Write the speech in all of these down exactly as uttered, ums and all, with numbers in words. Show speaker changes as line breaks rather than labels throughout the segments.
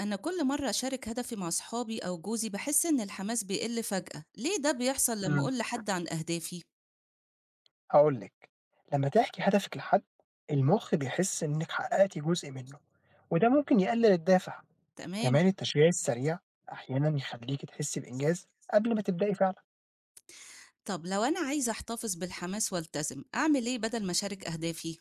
أنا كل مرة أشارك هدفي مع صحابي أو جوزي بحس إن الحماس بيقل فجأة، ليه ده بيحصل لما
إمم،
أقول لحد عن أهدافي؟
هاقول لِك، لمّا تحكي هدفِك لحد، المُخ بيحس إنِّك حققتِ جزء منه، وده ممكن يقلل الدافع.
تمام،
كمان التشجيع السريع أحيانًا يخلّيكِ تحسي بإنجاز قبل ما تبدئي فعلًا.
طب لو أنا عايزة أحتفظ بالحماس والتزم، أعمل إيه بدل ما أشارك أهدافي؟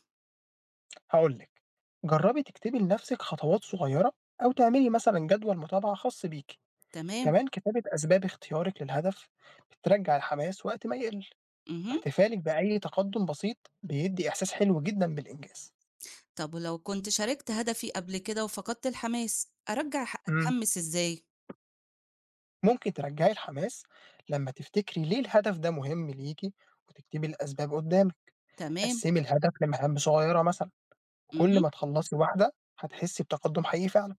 هاقول لِك، جرّبي تكتبي لنفسِك خطوات صغيرة أو تعملي مثلًا جدول متابعة خاص بيكِ.
تمام،
كمان كتابة أسباب اختيارِك للهدف بترجّع الحماس وقت ما يقل،
اها،
واحتفالِك بأي تقدُّم بسيط بيدّي إحساس حلو جدًا بالإنجاز.
طب ولو كنت شاركت هدفي قبل كده وفقدت الحماس، أرجع ح-
إمم.
أتحمس إزاي؟
ممكن ترجعي الحماس لما تفتكري ليه الهدف ده مهم ليكي وتكتبي الأسباب قدامك.
تمام،
قسّمي الهدف لمهام صغيرة مثلًا، وكل
اها،
ما تخلّصي واحدة هتحسّي بتقدُّم حقيقي فعلًا.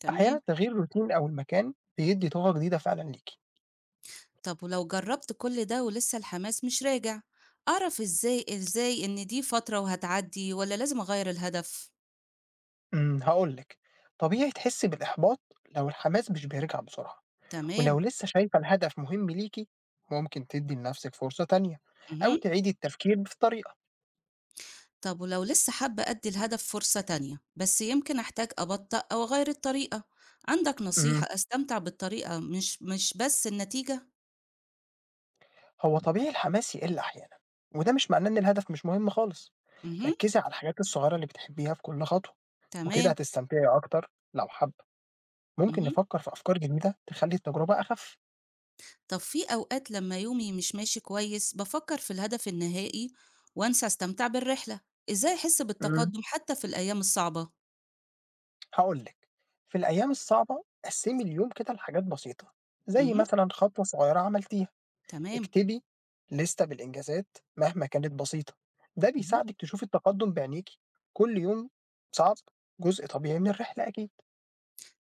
تمام،
أحيانًا تغيير الروتين أو المكان بيدّي طاقة جديدة فعلًا ليكِ.
طب ولو جربت كل ده ولسه الحماس مش راجع، أعرف إزاي إزاي إن دي فترة وهتعدي ولا لازم أغير الهدف؟
إمم، هاقول لِك، طبيعي تحسّي بالإحباط لو الحماس مش بيرجع بسرعة، ولو
تمام،
لسه شايفة الهدف مهم ليكِ ممكن تدّي لنفسِك فرصة تانية أو
مهم.
تعيدي التفكير في الطريقة.
طب ولو لسه حابة أدي الهدف فرصة تانية بس يمكن أحتاج أبطأ أو أغير الطريقة، عندك
إمم.
نصيحة أستمتع بالطريقة مش مش بس النتيجة؟
هو طبيعي الحماس يقل أحيانا، وده مش معناه إن الهدف مش مهم خالص.
مهم.
ركزي على الحاجات الصغيرة اللي بتحبيها في كل خطوة، وكده
تمام.
هتستمتعي أكتر. لو حابة ممكن
مهم.
نفكر في أفكار جديدة تخلي التجربة أخف.
طب في أوقات لما يومي مش ماشي كويس بفكر في الهدف النهائي وأنسى أستمتع بالرحلة، إزاي أحس
امم
بالتقدم حتى في الأيام الصعبة؟
هقولك، في الأيام الصعبة قسمي اليوم كده لحاجات بسيطة، زي
مهم.
مثلا خطوة صغيرة عملتيها.
تمام.
اكتبي لستة بالإنجازات مهما كانت بسيطة، ده
مهم.
بيساعدك تشوفي التقدم بعينيكي كل يوم. صعب جزء طبيعي من الرحلة أكيد.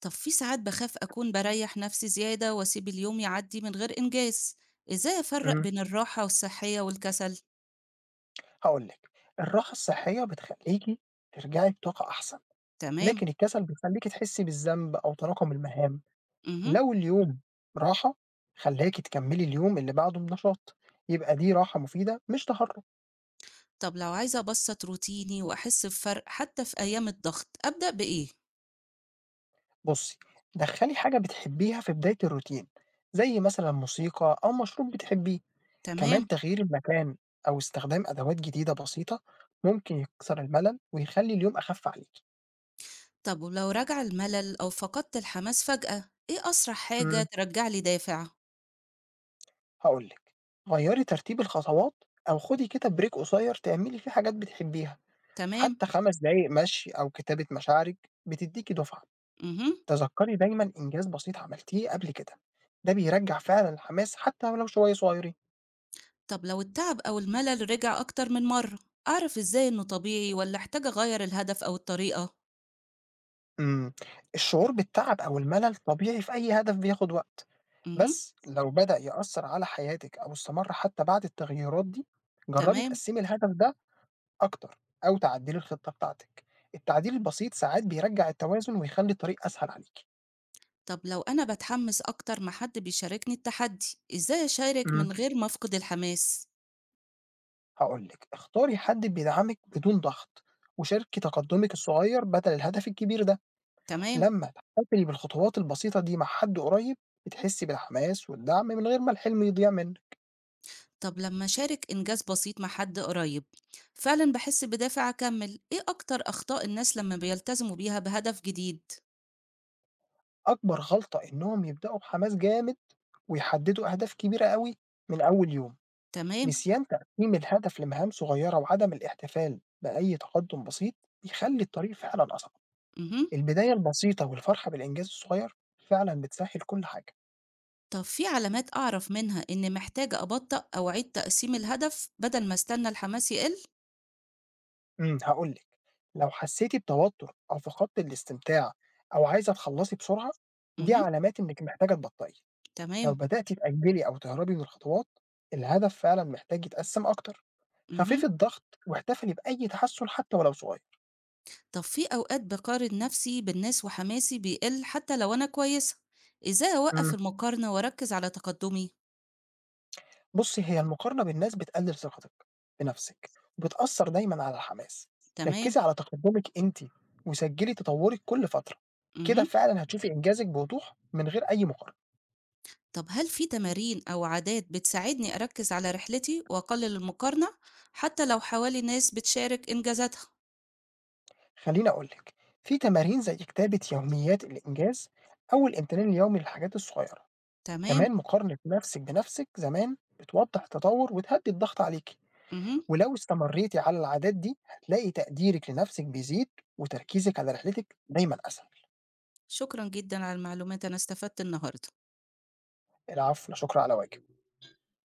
طب في ساعات بخاف أكون بريح نفسي زيادة وأسيب اليوم يعدي من غير إنجاز، إزاي أفرق
امم
بين الراحة والصحية والكسل؟
هاقول لِك، الراحة الصحية بتخلّيكِ ترجعي بطاقة أحسن،
تمام.
لكن الكسل بيخلّيكِ تحسّي بالذنب أو تراكُم المهام.
اهم.
لو اليوم راحة خلّاكِ تكمّلي اليوم اللي بعده بنشاط، يبقى دي راحة مفيدة مش تهرُّب.
طب لو عايزة أبسّط روتيني وأحس بفرق حتى في أيام الضغط، أبدأ بإيه؟
بُصّي، دخّلي حاجة بتحبّيها في بداية الروتين، زي مثلًا موسيقى أو مشروب بتحبّيه. كمان
تمام.
تغيير المكان أو استخدام أدوات جديدة بسيطة ممكن يكسر الملل ويخلّي اليوم أخَف عليكِ.
طب ولو رَجَع الملل أو فقدت الحماس فجأة، إيه أسرع حاجة
إمم.
ترجّع لي دافع؟
هاقول لِك، غيّري ترتيب الخطوات أو خدي كده break قصير تعملي فيه حاجات بتحبيها.
تمام.
حتى خمس دقايق مشي أو كتابة مشاعرِك بتدّيكِ دُفعة.
اهم.
تذكّري دايمًا إنجاز بسيط عملتيه قبل كده، ده بيرجّع فعلًا الحماس حتى ولو شوية صغيرين.
طب لو التعب أو الملل رِجِع أكتر من مرّة، أعرف إزاي إنه طبيعي والّا أحتاج أغيّر الهدف أو الطريقة؟
إمم، الشعور بالتعب أو الملل طبيعي في أي هدف بياخد وقت،
اهم.
بس لو بدأ يأثّر على حياتِك أو استمر حتى بعد التغييرات دي، جرّبي
تمام.
تقسّمي الهدف ده أكتر أو تعدلي الخطة بتاعتِك. التعديل البسيط ساعات بيرجّع التوازن ويخلّي الطريق أسهل عليكِ.
طب لو أنا باتحمّس أكتر ما حد بيشاركني التحدي، إزاي أشارك
إمم.
من غير ما أفقد الحماس؟
هاقول لِك، اختاري حد بيدعمِك بدون ضغط، وشاركي تقدمِك الصغير بدل الهدف الكبير ده.
تمام.
لمّا تحتفلي بالخطوات البسيطة دي مع حد قريب، بتحسي بالحماس والدعم من غير ما الحلم يضيع منِّك.
طب لما شارك إنجاز بسيط مع حد قريب فعلا بحس بدافع أكمل، إيه أكتر أخطاء الناس لما بيلتزموا بيها بهدف جديد؟
أكبر غلطة إنهم يبدأوا بحماس جامد ويحددوا أهداف كبيرة أوي من أول يوم.
تمام.
نسيان تقسيم الهدف لمهام صغيرة وعدم الاحتفال بأي تقدم بسيط بيخلي الطريق فعلا أصعب.
مهم.
البداية البسيطة والفرحة بالإنجاز الصغير فعلا بتسهل كل حاجة.
طب في علامات أعرف منها إني محتاجة أبطأ أو أعيد تقسيم الهدف بدل ما استنى الحماس يقل؟
امم هقولك، لو حسيتي بتوتر أو فقدت الاستمتاع أو عايزة تخلصي بسرعة، دي
مهم.
علامات إنك محتاجة تبطئي. لو
تمام.
بدأتي تأجلي أو تهربي من الخطوات الهدف فعلا محتاج يتقسم أكتر.
مهم.
خففي الضغط واحتفلي بأي تحسن حتى ولو صغير.
طب في أوقات بقارن نفسي بالناس وحماسي بيقل حتى لو أنا كويسة، إزاي أوقف
امم
المقارنة وأركز على تقدمي؟
بُصّي، هي المقارنة بالناس بتقلل ثقتِك بنَفْسِك، وبتأثّر دايمًا على الحماس.
تمام.
ركّزي على تقدُّمِك أنتِ، وسجّلي تطوُّرِك كل فترة، كده
مهم.
فعلًا هتشوفي إنجازِك بوضوح من غير أي مقارنة.
طب هل في تمارين أو عادات بتساعدني أركز على رحلتي وأقلل المقارنة حتى لو حوالي ناس بتشارك إنجازاتها؟
خلّيني أقول لِك، في تمارين زي كتابة يوميات الإنجاز أو الامتنان اليومي للحاجات الصغيرة. كمان
تمام.
مقارنة نَفْسِك بنَفْسِك زمان بتوضّح التطوُّر وتهدّي الضغط عليكِ،
مهم.
ولو استمرّيتِ على العادات دي هتلاقي تقديرِك لنَفْسِك بيزيد وتركيزِك على رحلتِك دايمًا أسهل.
شكرا جدا على المعلومات، أنا استفدت النهاردة.
العفو، لا شُكر على واجب.